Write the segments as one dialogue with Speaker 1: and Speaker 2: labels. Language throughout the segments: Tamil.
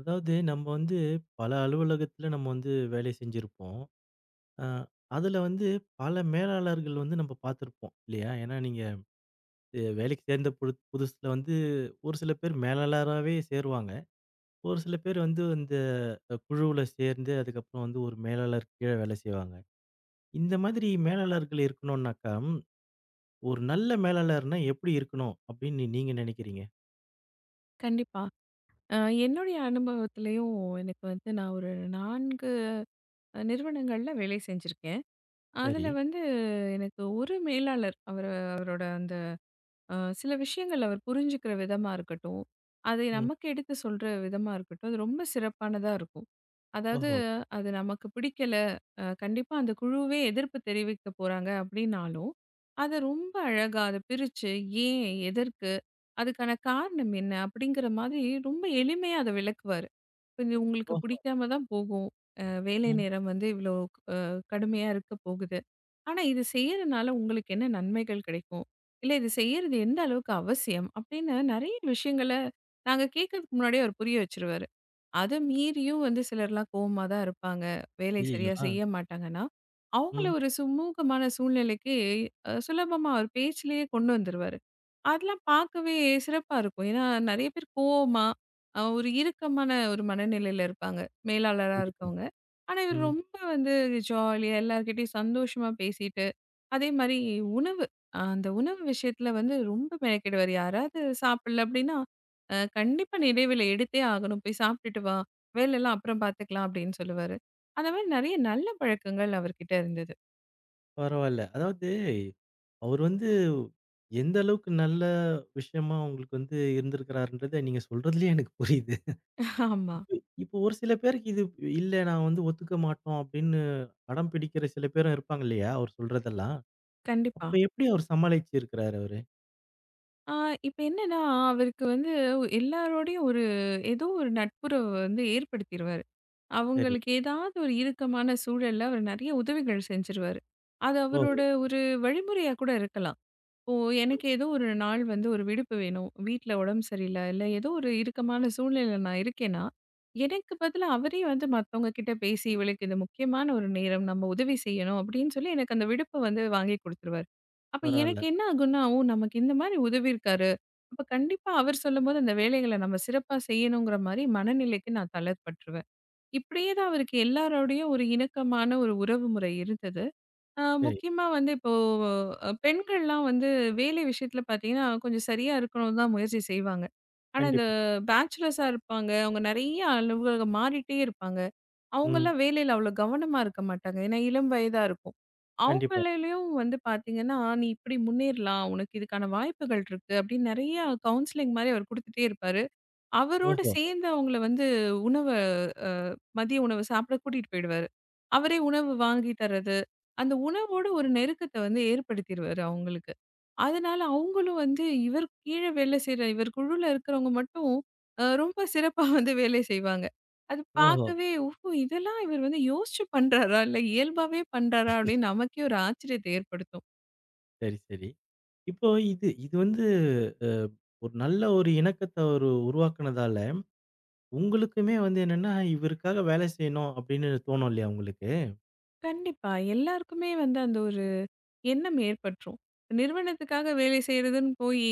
Speaker 1: அதாவது நம்ம வந்து பல அலுவலகத்துல நம்ம வந்து வேலை செஞ்சிருப்போம். அ அதுல வந்து பல மேலாளர்கள் வந்து நம்ம பார்த்திருப்போம் இல்லையா? ஏன்னா நீங்க வேலைக்கு சேர்ந்த புது புதுசுல வந்து ஒரு சில பேர் மேலாளராவே சேருவாங்க. ஒரு சில பேர் வந்து இந்த குழுவுல சேர்ந்து அதுக்கப்புறம் வந்து ஒரு மேலாளர் கீழ வேலை செய்வாங்க. இந்த மாதிரி மேலாளர்கள் இருக்கணும்னாக்கா, ம், ஒரு நல்ல மேலாளர்னா எப்படி இருக்கணும்? அப்படின்னு நீங்க நினைக்கிறீங்க?
Speaker 2: கண்டிப்பா. அ என்னுடைய அனுபவத்திலயும் எனக்கு வந்து நான் ஒரு 4 நிறுவனங்கள்ல வேலை செஞ்சிருக்கேன்.
Speaker 1: சரி.
Speaker 2: அதுல வந்து எனக்கு ஒரு மேலாளர் அவரு அவரோட அந்த அ சில விஷயங்கள் அவர் புரிஞ்சுக்கிற விதமா இருக்கட்டும், அதை
Speaker 1: ம்.
Speaker 2: நமக்கு எடுத்து சொல்ற விதமா இருக்கட்டும், அது ரொம்ப சிறப்பானதா இருக்கும். அதாவது
Speaker 1: ஓஹோ!
Speaker 2: அது நமக்கு பிடிக்கல, கண்டிப்பா அந்த குழுவே எதிர்ப்பு தெரிவிக்க போறாங்க அப்படின்னாலும், அத ரொம்ப அழகா அத பிரிச்சு, ஏன்? எதற்கு? அதுக்கான காரணம் என்ன? அப்படிங்கிற மாதிரி ரொம்ப எளிமையா அத விளக்குவாரு. "இது உங்களுக்கு
Speaker 1: ஓஹோ!
Speaker 2: பிடிக்காம தான் போகும். வேலை
Speaker 1: ம்.
Speaker 2: நேரம் வந்து இவ்ளோ அ கடுமையா இருக்க போகுது. ஆனா இது செய்யறனால உங்களுக்கு என்ன நன்மைகள் கிடைக்கும்? இல்ல இது செய்யறது எந்த அளவுக்கு அவசியம்?" அப்படின்னு நெறைய விஷயங்கள நாங்க கேட்கறதுக்கு முன்னாடியே அவர் புரிய வச்சுருவாரு. அத மீறியும் வந்து சிலர்லாம் கோவமா தான் இருப்பாங்க. வேலை
Speaker 1: ஐயய்யோ!
Speaker 2: சரியா
Speaker 1: ஆ.
Speaker 2: செய்ய மாட்டாங்கன்னா, அவங்கள
Speaker 1: ம்.
Speaker 2: ஒரு சுமூகமான சூழ்நிலைக்கு சுலபமா அவர் பேச்சிலேயே கொண்டு வந்துருவாரு. அதெல்லாம் பார்க்கவே சிறப்பா இருக்கும். ஏன்னா நெறைய பேர் கோவமா, ஒரு இறுக்கமான ஒரு மனநிலையில இருப்பாங்க. மேலாளரா
Speaker 1: கண்டிப்பா.
Speaker 2: இருக்கவங்க. ஆனா இவர்
Speaker 1: ம்.
Speaker 2: ரொம்ப வந்து ஜாலியா எல்லார்கிட்டயும் சந்தோஷமா பேசிட்டு அதே மாரி உணவு. அந்த உணவு விஷயத்துல வந்து ரொம்ப மெனக்கெடுவாரு. யாராவது சாப்பிடல அப்படின்னா, கண்டிப்பா இடைவேளை எடுத்தே ஆகணும். போய் சாப்பிட்டுட்டு வா. வேலைலாம் அப்புறம் பார்த்துக்கலாம் அப்படின்னு சொல்லுவாரு. அந்த மாரி நெறைய நல்ல பழக்கங்கள் அவர்கிட்ட இருந்தது.
Speaker 1: பரவால்ல. அதாவது அவர் வந்து எந்த அளவுக்கு நல்ல விஷயமா உங்களுக்கு வந்து இருந்திருக்கிறாருன்றத நீங்க சொல்றதுலயே எனக்கு புரியுது.
Speaker 2: ஆமா.
Speaker 1: இப்போ ஒரு சில பேருக்கு இது இல்ல நான் வந்து ஒத்துக்க மாட்டோம் அப்படின்னு அடம் பிடிக்கிற சில பேரும் இருப்பாங்க இல்லையா? அவர் சொல்றதெல்லாம்.
Speaker 2: கண்டிப்பா.
Speaker 1: அப்ப எப்படி அவர் சமாளிச்சு இருக்கிறாரு அவரு?
Speaker 2: ஆ இப்ப என்னன்னா, அவருக்கு வந்து எல்லாரோடையும் ஒரு ஏதோ ஒரு நட்புறவு வந்து ஏற்படுத்திருவாரு.
Speaker 1: சரி.
Speaker 2: அவங்களுக்கு ஏதாவது ஒரு இறுக்கமான சூழல்ல அவர் நெறைய உதவிகள் செஞ்சுருவாரு. அது அவரோட
Speaker 1: ஓஹோ!
Speaker 2: ஒரு வழிமுறையா கூட இருக்கலாம். இப்போ
Speaker 1: ம்.
Speaker 2: எனக்கு ஏதோ ஒரு நாள் வந்து ஒரு விடுப்பு வேணும். வீட்ல உடம்பு சரியில்ல, இல்ல ஏதோ ஒரு இறுக்கமான சூழ்நிலையில நான் இருக்கேன்னா, எனக்கு பதிலா அவரே வந்து மத்தவங்க கிட்ட பேசி, "இவளுக்கு இது முக்கியமான ஒரு நேரம். நம்ம உதவி செய்யணும்." அப்படின்னு சொல்லி எனக்கு அந்த விடுப்ப வந்து வாங்கி குடுத்துருவாரு. அப்ப
Speaker 1: பரவால்ல.
Speaker 2: எனக்கு என்ன ஆகும்னா, "ஓ! நமக்கு இந்த மாரி உதவியிருக்காரு. அப்ப கண்டிப்பா அவர் சொல்லும்போது அந்த வேலைகள நம்ம சிறப்பா செய்யணுங்கிற" மாரி மனநிலைக்கு நான் தள்ளப்பட்டுருவேன். இப்படியே தான் அவருக்கு எல்லாரோடையும் ஒரு இணக்கமான ஒரு உறவு முறை இருந்தது. ஆ,
Speaker 1: சரி.
Speaker 2: முக்கியமா வந்து இப்போ பெண்கள்லாம் வந்து வேலை விஷயத்துல பார்த்தீங்கன்னா, கொஞ்சம் சரியா இருக்கணும்னு தான் முயற்சி செய்வாங்க. ஆனா, இந்த
Speaker 1: கண்டிப்பா.
Speaker 2: பேச்சுலர்ஸா இருப்பாங்க. அவங்க நிறைய அலுவலகம் மாறிட்டே இருப்பாங்க.
Speaker 1: ம்.
Speaker 2: அவங்கலாம் வேலையில அவ்வளோ கவனமா இருக்க மாட்டாங்க. ஏன்னா, இளம் வயதா இருக்கும்.
Speaker 1: கண்டிப்பா.
Speaker 2: அவங்களையும் வந்து பார்த்தீங்கன்னா, "நீ இப்படி முன்னேறலாம். உனக்கு இதுக்கான வாய்ப்புகள் இருக்கு." அப்படின்னு நிறைய கவுன்சிலிங் மாரி அவர் குடுத்துட்டே இருப்பாரு. அவரோட
Speaker 1: ஓஹோ!
Speaker 2: சேர்ந்து அவங்கள வந்து உணவ அ மதிய உணவு சாப்பிட கூட்டிட்டு போயிடுவாரு. அவரே உணவு வாங்கி தர்றது, அந்த உணவோட ஒரு நெருக்கத்த வந்து ஏற்படுத்திருவாரு அவங்களுக்கு. அதனால அவங்களும் வந்து இவர் கீழ வேலை செய்ற இவர் குழுல இருக்கிறவங்க மட்டும் ரொம்ப சிறப்பா வந்து வேலை செய்வாங்க. அது
Speaker 1: ஓஹோ!
Speaker 2: பார்க்கவே ஓஹோ! இதெல்லாம் இவர் வந்து யோசிச்சு பண்றாரா? இல்ல இயல்பாவே பண்றாரா? அப்படின்னு நமக்கே ஒரு ஆச்சரியத்த ஏற்படுத்தும்.
Speaker 1: சரி, சரி. இப்போ இது இது வந்து அ ஒரு நல்ல ஒரு இணக்கத்த அவரு உருவாக்குனதால உங்களுக்குமே வந்து என்னன்னா, இவருக்காக வேலை செய்யணும் அப்படின்னு தோணும் இல்லையா உங்களுக்கு?
Speaker 2: கண்டிப்பா. எல்லாருக்குமே வந்து அந்த ஒரு எண்ணம் ஏற்பட்டுரும். நிறுவனத்துக்காக வேலை செய்றதுன்னு போயி,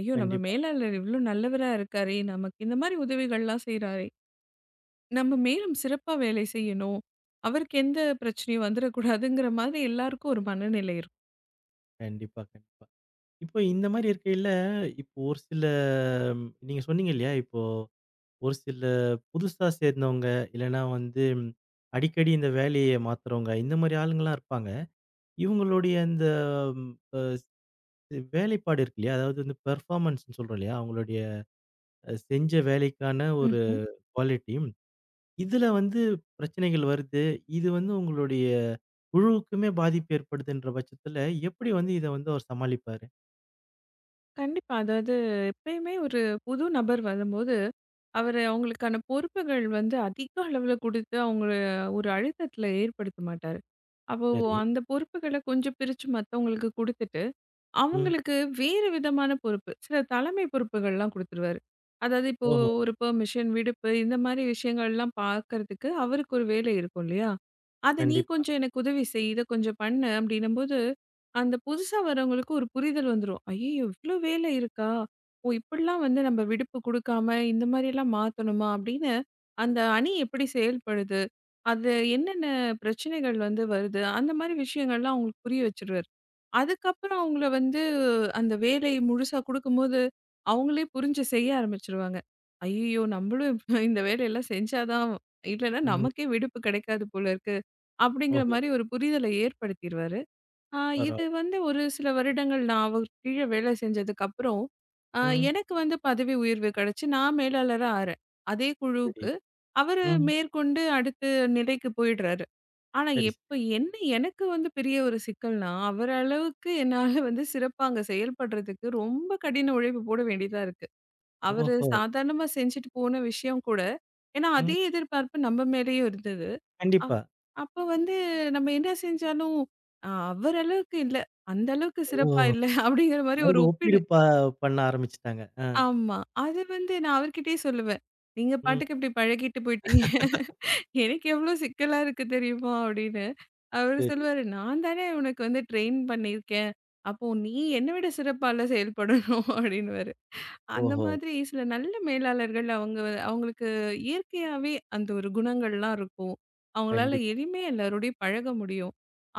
Speaker 2: ஐயோ! நம்ம
Speaker 1: கண்டிப்பா,
Speaker 2: மேலாளர் இவ்ளோ நல்லவரா இருக்காரே! நமக்கு இந்த மாரி உதவிகள்லாம் செய்றாரே! நம்ம மேலும் சிறப்பா வேலை செய்யணும். அவருக்கு எந்த பிரச்சனையும் வந்துரக்கூடாதுங்கிற மாதிரி எல்லாருக்கும் ஒரு மனநிலை இருக்கும்.
Speaker 1: கண்டிப்பா, கண்டிப்பா. இப்போ இந்த மாரி இருக்கையில, இப்போ ஒரு சில ம், நீங்க சொன்னீங்க இல்லையா? இப்போ ஒரு சில புதுசா சேர்ந்தவங்க, இல்லன்னா வந்து ம், அடிக்கடி இந்த வேலைய மாத்துறவங்க, இந்த மாரி ஆளுங்கலாம் இருப்பாங்க. இவங்களுடைய அந்த அ வேலைப்பாடு இருக்கு இல்லையா? அதாவது வந்து பெர்ஃபார்மன்ஸ்ன்னு சொல்றோம் இல்லையா? அவங்களுடைய செஞ்ச வேலைக்கான ஒரு
Speaker 2: ம்ஹ்ம்.
Speaker 1: குவாலிட்டி இதுல வந்து பிரச்சனைகள் வருது. இது வந்து உங்களுடைய குழுவுக்குமே பாதிப்பு ஏற்படுதுன்ற பட்சத்துல, எப்படி வந்து இத வந்து அவர் சமாளிப்பாரு?
Speaker 2: கண்டிப்பா. அதாவது எப்பயுமே ஒரு புது நபர் வரும்போது, அவரு அவங்களுக்கான பொறுப்புகள் வந்து அதிக அளவுல குடுத்து அவங்கள ஒரு அழுத்தத்துல ஏற்படுத்த மாட்டாரு. அப்போ
Speaker 1: சரி.
Speaker 2: அந்த பொறுப்புகள கொஞ்சம் பிரிச்சு மத்தவங்களுக்கு குடுத்துட்டு
Speaker 1: ம்.
Speaker 2: அவங்களுக்கு வேறு விதமான பொறுப்பு. சில தலைமை பொறுப்புகள்லாம் குடுத்துருவாரு. அதாவது இப்போ
Speaker 1: ஓஹோ!
Speaker 2: ஒரு பெர்மிஷன், விடுப்பு இந்த மாரி விஷயங்கள்லாம் பார்க்கறதுக்கு அவருக்கு ஒரு வேலை இருக்கும் இல்லையா? "அத நீ
Speaker 1: கண்டிப்பா.
Speaker 2: கொஞ்சம் எனக்கு உதவி செய். இத கொஞ்சம் பண்ணு" அப்படின்னும்போது, அந்த புதுசா வரவங்களுக்கு ஒரு புரிதல் வந்துரும். "ஐயய்யோ! இவ்ளோ வேலை இருக்கா? ஓ! இப்படிலாம் வந்து நம்ம விடுப்பு குடுக்காம இந்த மாரியெல்லாம் மாத்தணுமா?" அப்படின்னு அந்த அணி எப்படி செயல்படுது? அது என்னென்ன பிரச்சனைகள் வந்து வருது? அந்த மாரி விஷயங்கள்லாம் அவங்களுக்கு புரிய வச்சுருவாரு. அதுக்கப்புறம் அவங்கள வந்து அந்த வேலை முழுசா குடுக்கும்போது, அவங்களே புரிஞ்சு செய்ய ஆரம்பிச்சுருவாங்க. "ஐய்யய்யோ! நம்மளும் இப்ப இந்த வேலையெல்லாம் செஞ்சா தான் இல்லன்னா
Speaker 1: ம்.
Speaker 2: நமக்கே விடுப்பு கிடைக்காது போல இருக்கு." அப்படிங்கிற
Speaker 1: ஓஹோ!
Speaker 2: மாரி ஒரு புரிதல ஏற்படுத்திருவாரு. ஆ இது
Speaker 1: பரவால்ல.
Speaker 2: வந்து ஒரு சில வருடங்கள் நான் அவர் கீழ வேலை செஞ்சதுக்கப்புறம், அ
Speaker 1: ம்.
Speaker 2: எனக்கு வந்து பதவி உயர்வு கிடைச்சு, நான் மேலாளரா ஆறேன். அதே
Speaker 1: சரி.
Speaker 2: குழுவுக்கு. அவரு
Speaker 1: ம்.
Speaker 2: மேற்கொண்டு அடுத்த நிலைக்கு போயிடுறாரு. ஆனா
Speaker 1: சரி, சரி.
Speaker 2: எப்ப என்ன எனக்கு வந்து பெரிய ஒரு சிக்கல்னா, அவர் அளவுக்கு என்னால வந்து சிறப்பா அங்க செயல்படுறதுக்கு ரொம்ப கடின உழைப்பு போட வேண்டியதா இருக்கு. அவரு
Speaker 1: ஓஹோ!
Speaker 2: சாதாரணமா செஞ்சுட்டு போன விஷயம் கூட ஏன்னா,
Speaker 1: ம்.
Speaker 2: அதே எதிர்பார்ப்பு நம்ம மேலேயும் இருந்தது. அப்
Speaker 1: கண்டிப்பா.
Speaker 2: அப்போ வந்து நம்ம என்ன செஞ்சாலும், அவர் அளவுக்கு இல்ல. அந்த அளவுக்கு சிறப்பா
Speaker 1: ஓ!
Speaker 2: இல்ல அப்படிங்கிற மாரி ஒரு
Speaker 1: அதாவது
Speaker 2: ஒப்பீடு
Speaker 1: ஒப்பீடு பண்ண ஆரம்பிச்சுட்டாங்க. ஆ.
Speaker 2: ஆமா. அது வந்து நான் அவர்கிட்டயே சொல்லுவேன். "நீங்க
Speaker 1: ம்.
Speaker 2: பாட்டுக்கு இப்படி பழகிட்டு போயிட்டீங்க. எனக்கு எவ்வளோ சிக்கலா இருக்கு தெரியுமா?" அப்படின்னு. அவரு
Speaker 1: சரி.
Speaker 2: சொல்லுவாரு, "நான் தானே உனக்கு வந்து ட்ரெயின் பண்ணியிருக்கேன். அப்போ நீ என்ன விட சிறப்பால்ல செயல்படணும்" அப்படின்னுவாரு. அந்த
Speaker 1: ஓஹோ!
Speaker 2: மாதிரி சில நல்ல மேலாளர்கள் அவங்க அவங்களுக்கு இயற்கையாவே அந்த ஒரு குணங்கள்லாம் இருக்கும். அவங்களால
Speaker 1: கண்டிப்பா.
Speaker 2: எளிமையா எல்லாரோடையும் பழக முடியும்.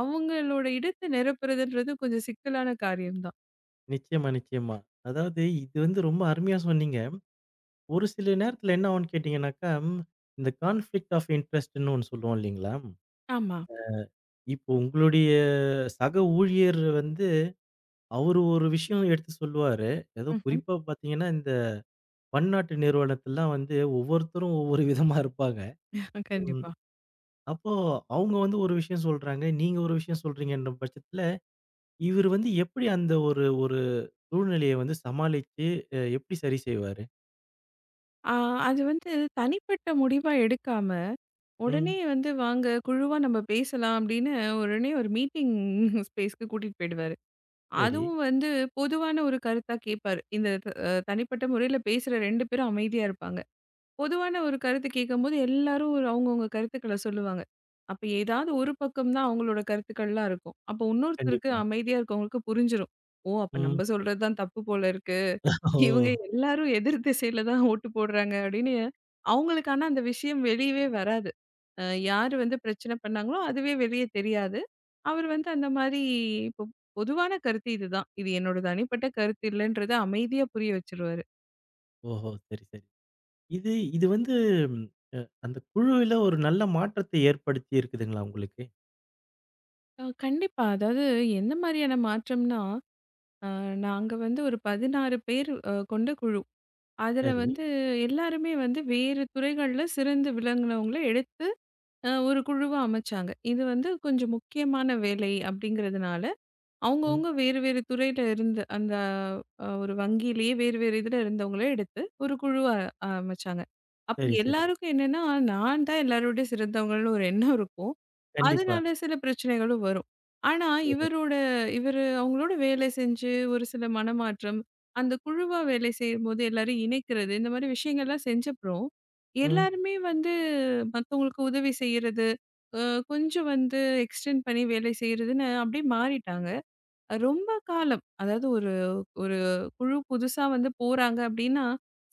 Speaker 2: அவங்களோட இடத்த நிரப்புறதுன்றது கொஞ்சம் சிக்கலான காரியம் தான்.
Speaker 1: நிச்சயமா, நிச்சயமா. அதாவது இது வந்து ரொம்ப அருமையா சொன்னீங்க. ஒரு சில நேரத்துல என்ன ஆகும்ன்னு கேட்டீங்கன்னாக்கா, ம், இந்த கான்ஃப்ளிக்ட் ஆஃப் இன்ட்ரெஸ்ட்ன்னு ஒண்ணு சொல்லுவோம் இல்லீங்களா?
Speaker 2: ஆமா.
Speaker 1: இப்போ உங்களுடைய சக ஊழியர் வந்து அவரு ஒரு விஷயம் எடுத்து சொல்லுவாரு. அதுவும்
Speaker 2: ம்ஹ்ம்.
Speaker 1: குறிப்பா பார்த்தீங்கன்னா, இந்த பன்னாட்டு நிறுவனத்துலலாம் வந்து ஒவ்வொருத்தரும் ஒவ்வொரு விதமா இருப்பாங்க. ம்.
Speaker 2: கண்டிப்பா.
Speaker 1: அப்போ அவங்க வந்து ஒரு விஷயம் சொல்றாங்க. நீங்க ஒரு விஷயம் சொல்றீங்கன்ற பட்சத்துல, இவரு வந்து எப்படி அந்த ஒரு ஒரு சூழ்நிலைய வந்து சமாளிச்சு எப்படி சரி செய்வாரு?
Speaker 2: ஆ அது வந்து தனிப்பட்ட முடிவா எடுக்காம,
Speaker 1: ம்.
Speaker 2: உடனே வந்து வாங்க குழுவா நம்ம பேசலாம் அப்படின்னு உடனே ஒரு மீட்டிங் ஸ்பேஸ்க்கு கூட்டிட்டு போயிடுவாரு.
Speaker 1: சரி.
Speaker 2: அதுவும் வந்து பொதுவான ஒரு கருத்தா கேட்பாரு. இந்த த தனிப்பட்ட முறையில பேசுற 2 பேரும் அமைதியா இருப்பாங்க. பொதுவான ஒரு கருத்து கேட்கும்போது எல்லாரும் ஒரு அவங்கவங்க கருத்துக்கள சொல்லுவாங்க. அப்ப ஏதாவது ஒரு பக்கம் தான் அவங்களோட கருத்துக்கள்லாம் இருக்கும். அப்போ இன்னொருத்தருக்கு
Speaker 1: கண்டிப்பா.
Speaker 2: அமைதியா இருக்கவங்களுக்கு புரிஞ்சிரும். ஓ! அப்ப
Speaker 1: ம்.
Speaker 2: நம்ம சொல்றது தான் தப்பு போல இருக்கு. இவங்க
Speaker 1: ஓ!
Speaker 2: எல்லாரும் எதிர் திசையில தான் ஓட்டு போடுறாங்க அப்படின்னு அவங்களுக்கு ஆனா அந்த விஷயம் வெளியவே வராது. அ யாரு வந்து பிரச்சனை பண்ணாங்களோ அதுவே வெளியே தெரியாது. அவர் வந்து அந்த மாரி இப்போ பொதுவான கருத்து இதுதான். இது என்னோட தனிப்பட்ட கருத்து இல்லன்றத அமைதியா புரிய வச்சுருவாரு.
Speaker 1: ஓஹோ! சரி, சரி. இது இது வந்து ம், அ அந்த குழுவில ஒரு நல்ல மாற்றத்தை ஏற்படுத்தி இருக்குதுங்களா உங்களுக்கு?
Speaker 2: கண்டிப்பா. அதாவது எந்த மாரியான மாற்றம்னா அ நாங்க வந்து ஒரு 16 பேர் கொண்ட குழு. அதுல
Speaker 1: சரி.
Speaker 2: வந்து எல்லாருமே வந்து வேறு துறைகள்ல சிறந்து விளங்குனவங்கள எடுத்து ஒரு குழுவா அமைச்சாங்க. இது வந்து கொஞ்சம் முக்கியமான வேலை அப்படிங்கிறதுனால,
Speaker 1: ம்.
Speaker 2: அவங்கவங்க வேறு வேறு துறையில இருந்து அந்த ஒரு வங்கியிலேயே வேறு வேறு இதுல இருந்தவங்கள எடுத்து ஒரு குழு அமைச்சாங்க. அப்ப
Speaker 1: சரி, சரி.
Speaker 2: எல்லாருக்கும் என்னன்னா, நான் தான் எல்லாரோட சிறந்தவங்கன்னு ஒரு எண்ணம் இருக்கும்.
Speaker 1: கண்டிப்பா.
Speaker 2: அதனால சில பிரச்சனைகளும் வரும். ஆனா
Speaker 1: ஓஹோ!
Speaker 2: இவரோட இவரு அவங்களோட வேலை செஞ்சு ஒரு சில மனமாற்றம், அந்த குழுவா வேலை செய்யும்போது எல்லாரையும் இணைக்கிறது, இந்த மாரி விஷயங்கள்லாம் செஞ்சப்புறம்,
Speaker 1: ம்.
Speaker 2: எல்லாருமே வந்து மத்தவங்களுக்கு உதவி செய்யறது, அ கொஞ்சம் வந்து எக்ஸ்டெண்ட் பண்ணி வேலை செய்றதுன்னு அப்படியே மாறிட்டாங்க. ரொம்ப காலம். அதாவது ஒரு ஒரு குழு புதுசா வந்து போறாங்க அப்டின்னா,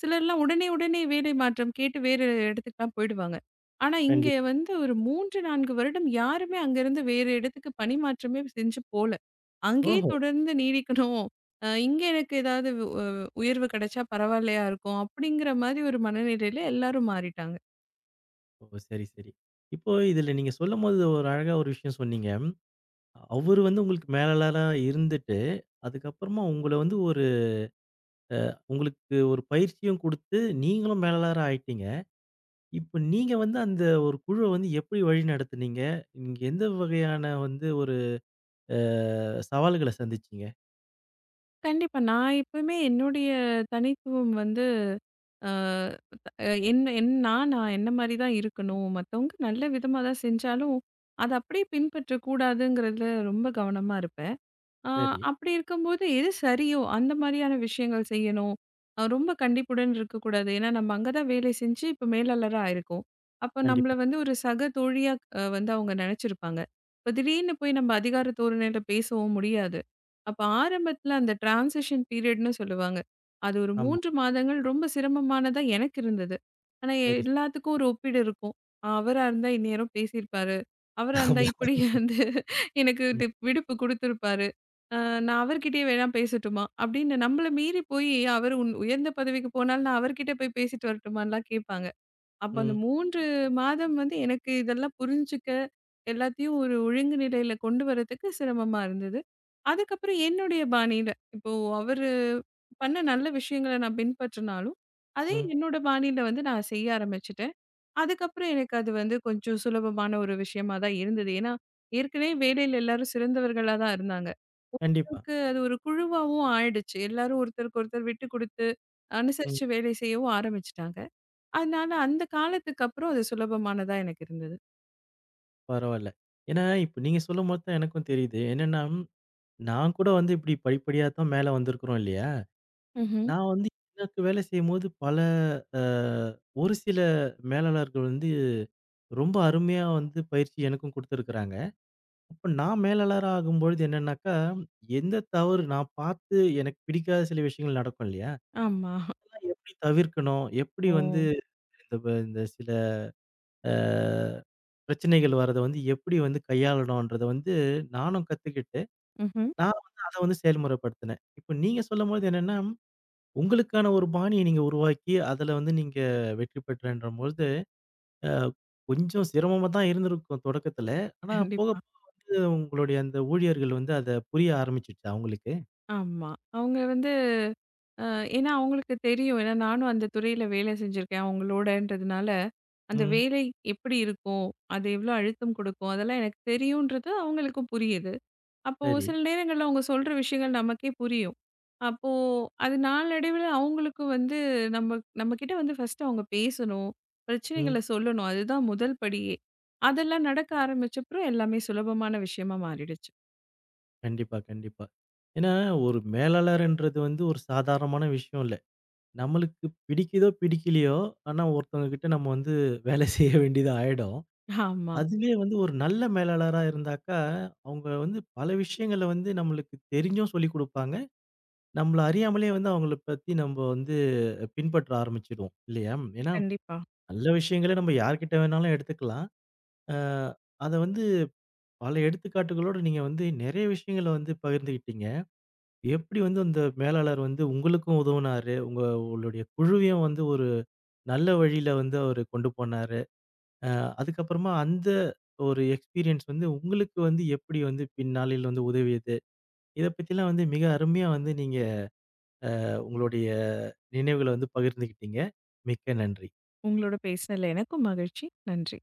Speaker 2: சிலர்லாம் உடனே உடனே வேலை மாற்றம் கேட்டு வேறு இடத்துக்குலாம் போயிடுவாங்க. ஆனா, இங்கே
Speaker 1: கண்டிப்
Speaker 2: வந்து ஒரு 3, 4 வருடம் யாருமே அங்கேருந்து வேறு இடத்துக்கு பணி மாற்றமே செஞ்சு போல. அங்கேயே
Speaker 1: ஓஹோ!
Speaker 2: தொடர்ந்து நீடிக்கணும். இங்க எனக்கு ஏதாவது உயர்வு கிடைச்சா பரவாயில்லையா இருக்கும். அப்படிங்கிற மாரி ஒரு மனநிலையில எல்லாரும் மாறிட்டாங்க.
Speaker 1: ஓ! சரி, சரி. இப்போ இதுல நீங்க சொல்லும்போது ஒரு அழகா ஒரு விஷயம் சொன்னீங்க. அவரு வந்து உங்களுக்கு மேலாளரா இருந்துட்டு, அதுக்கப்புறமா உங்கள வந்து ஒரு உங்களுக்கு ஒரு பயிற்சியும் குடுத்து, நீங்களும் மேலாளரா ஆயிட்டீங்க. இப்ப நீங்க வந்து அந்த ஒரு குழுவ வந்து எப்படி வழிநடத்துனீங்க? நீங்க எந்த வகையான வந்து ஒரு அ சவால்கள சந்திச்சீங்க?
Speaker 2: கண்டிப்பா. நான் எப்பவுமே என்னுடைய தனித்துவம் வந்து அ அ என்ன என் நான் நான் என்ன மாரி தான் இருக்கணும். மத்தவங்க நல்ல விதமா தான் செஞ்சாலும், அத அப்படியே பின்பற்றக்கூடாதுங்கிறதுல ரொம்ப கவனமா இருப்பேன். ஆ,
Speaker 1: சரி.
Speaker 2: அப்படி இருக்கும்போது எது சரியோ அந்த மாதிரியான விஷயங்கள் செய்யணும். ரொம்ப கண்டிப்புடன் இருக்கக்கூடாது. ஏன்னா நம்ம அங்க தான் வேலை செஞ்சு இப்போ மேலாளரா ஆயிருக்கோம். அப்போ நம்மள
Speaker 1: கண்டிப்பா.
Speaker 2: வந்து ஒரு சக தோழியா வந்து அவங்க நெனச்சிருப்பாங்க. இப்போ திடீர்னு போய் நம்ம அதிகார தோரணையில பேசவும் முடியாது. அப்ப ஆரம்பத்தில அந்த டிரான்சிஷன் பீரியட்ன்னு சொல்லுவாங்க. அது ஒரு
Speaker 1: ஆமா.
Speaker 2: 3 மாதங்கள் ரொம்ப சிரமமானதா எனக்கு இருந்தது. ஆனா
Speaker 1: சரி.
Speaker 2: எல்லாத்துக்கும் ஒரு ஒப்பீடு இருக்கும். அவரா இருந்தா இந்நேரம் பேசியிருப்பாரு. அவரா இருந்தா
Speaker 1: ஆமா.
Speaker 2: இப்படி வந்து எனக்கு
Speaker 1: ம்.
Speaker 2: இது விடுப்பு குடுத்திருப்பாரு. அ நான் அவர்கிட்டயே வேணா பேசட்டுமா? அப்படின்னு நம்மள மீறி போயி அவரு உன் உயர்ந்த பதவிக்கு போனாலும், நான் அவர்கிட்ட போய் பேசிட்டு வரட்டுமான்லாம் கேட்பாங்க. அப்ப அந்த
Speaker 1: ம்.
Speaker 2: 3 மாதம் வந்து எனக்கு இதெல்லாம் புரிஞ்சுக்க, எல்லாத்தையும் ஒரு ஒழுங்கு நிலையில கொண்டு வரதுக்கு சிரமமா இருந்தது. அதுக்கப்புறம் என்னுடைய பாணியில, இப்போ அவரு பண்ண நல்ல விஷயங்கள நான் பின்பற்றினாலும், அதே
Speaker 1: ம்.
Speaker 2: என்னோட பாணியில வந்து நான் செய்ய ஆரம்பிச்சுட்டேன். அதுக்கப்புறம் எனக்கு அது வந்து கொஞ்சம் சுலபமான ஒரு விஷயமா தான் இருந்தது. ஏன்னா, ஏற்கனவே வேலையில எல்லாரும் சிறந்தவர்களா தான் இருந்தாங்க.
Speaker 1: கண்டிப்பா.
Speaker 2: அளவுக்கு அது ஒரு குழுவாவும் ஆயிடுச்சு. எல்லாரும் ஒருத்தருக்கு ஒருத்தர் விட்டு குடுத்து,
Speaker 1: ம்.
Speaker 2: அனுசரிச்சு வேலை செய்யவும் ஆரம்பிச்சுட்டாங்க. அதனால அந்த காலத்துக்கு அப்புறம் அது சுலபமானதா எனக்கு இருந்தது.
Speaker 1: பரவால்ல. ஏன்னா, இப்ப நீங்க சொல்லும்போது தான் எனக்கும் தெரியுது. என்னன்னா, நான் கூட வந்து இப்படி படிப்படியா தான் மேல வந்திருக்கிறோம் இல்லையா?
Speaker 2: ம்ஹ்ம்.
Speaker 1: நான் வந்து எனக்கு வேலை செய்யும்போது பல அ ஒரு சில மேலாளர்கள் வந்து ரொம்ப அருமையா வந்து பயிற்சி எனக்கும் குடுத்துருக்கிறாங்க. அப்ப நான் மேலாளரா ஆகும்பொழுது என்னன்னாக்கா, எந்த தவறு நான் பார்த்து எனக்கு பிடிக்காத சில விஷயங்கள் நடக்கும் இல்லையா?
Speaker 2: ஆமா.
Speaker 1: அதெல்லாம் எப்படி தவிர்க்கணும்? எப்படி வந்து
Speaker 2: ஓ!
Speaker 1: இந்த இந்த சில அ பிரச்சனைகள் வரத வந்து எப்படி வந்து கையாளணும்ன்றத வந்து நானும் கத்துக்கிட்டு,
Speaker 2: ம்ஹ்ம்.
Speaker 1: நான் வந்து அத வந்து செயல்முறைப்படுத்தினேன். இப்ப நீங்க சொல்லும்போது என்னன்னா, உங்களுக்கான ஒரு பாணிய நீங்க உருவாக்கி, அதுல வந்து நீங்க வெற்றி பெற்றேன்றபொழுது, அ கொஞ்சம் சிரமமா தான் இருந்திருக்கும் தொடக்கத்துல. ஆனா போக
Speaker 2: கண்டிப்பா.
Speaker 1: போக வந்து உங்களுடைய அந்த ஊழியர்கள் வந்து அத புரிய ஆரம்பிச்சுடுச்சா அவங்களுக்கு?
Speaker 2: ஆமா. அவங்க வந்து அ ஏன்னா அவங்களுக்கு தெரியும். ஏன்னா நானும் அந்த துறையில வேலை செஞ்சிருக்கேன் அவங்களோடன்றதுனால, அந்த
Speaker 1: ம்.
Speaker 2: வேலை எப்படி இருக்கும்? அது எவ்வளோ அழுத்தம் குடுக்கும்? அதெல்லாம் எனக்கு தெரியுன்றது அவங்களுக்கும் புரியுது. அப்போ
Speaker 1: சரி.
Speaker 2: சில நேரங்கள்ல அவங்க சொல்ற விஷயங்கள் நமக்கே புரியும். அப்போ அது நாளடைவில அவங்களுக்கும் வந்து நம்மகிட்ட வந்து ஃபர்ஸ்ட்டு அவங்க பேசணும். பிரச்சனைகள
Speaker 1: ம்.
Speaker 2: சொல்லணும். அதுதான் முதல் படியே. அதெல்லாம் நடக்க ஆரம்பிச்சப்புறம் எல்லாமே சுலபமான விஷயமா மாறிடுச்சு.
Speaker 1: கண்டிப்பா, கண்டிப்பா. ஏன்னா ஒரு மேலாளர்ன்றது வந்து ஒரு சாதாரணமான விஷயம் இல்ல. நம்மளுக்கு பிடிக்குதோ, பிடிக்கலையோ! ஆனா ஒருத்தவங்க கிட்ட நம்ம வந்து வேலை செய்ய வேண்டியதா ஆயிடும்.
Speaker 2: ஆமா.
Speaker 1: அதுவே வந்து ஒரு நல்ல மேலாளரா இருந்தாக்கா, அவுங்க வந்து பல விஷயங்கள வந்து நம்மளுக்கு தெரிஞ்சும் சொல்லிக் குடுப்பாங்க. நம்மள அறியாமலே வந்து அவுங்கள பத்தி நம்ப வந்து பின்பற்ற ஆரம்பிச்சுடுவோம். இல்லையா? ஏன்னா,
Speaker 2: கண்டிப்பா.
Speaker 1: நல்ல விஷயங்கள நம்ம யார்கிட்ட வேணாலும் எடுத்துக்கலாம். அ அத வந்து பல எடுத்துக்காட்டுகளோட நீங்க வந்து நெறைய விஷயங்கள வந்து பகிர்ந்துகிட்டீங்க. எப்படி வந்து அந்த மேலாளர் வந்து உங்களுக்கும் உதவுனாரு? உங்களுடைய குழுவையும் வந்து ஒரு நல்ல வழியில வந்து அவரு கொண்டு போனாரு. அ அதுக்கப்புறமா அந்த ஒரு எக்ஸ்பீரியன்ஸ் வந்து உங்களுக்கு வந்து எப்படி வந்து பின்னாளில் வந்து உதவியது? இத பத்திலாம் வந்து மிக அருமையா வந்து நீங்க உங்களுடைய நினைவுகள வந்து பகிர்ந்துக்கிட்டீங்க. மிக்க நன்றி.
Speaker 2: உங்களோட பேசினதுல எனக்கும் மகிழ்ச்சி. நன்றி.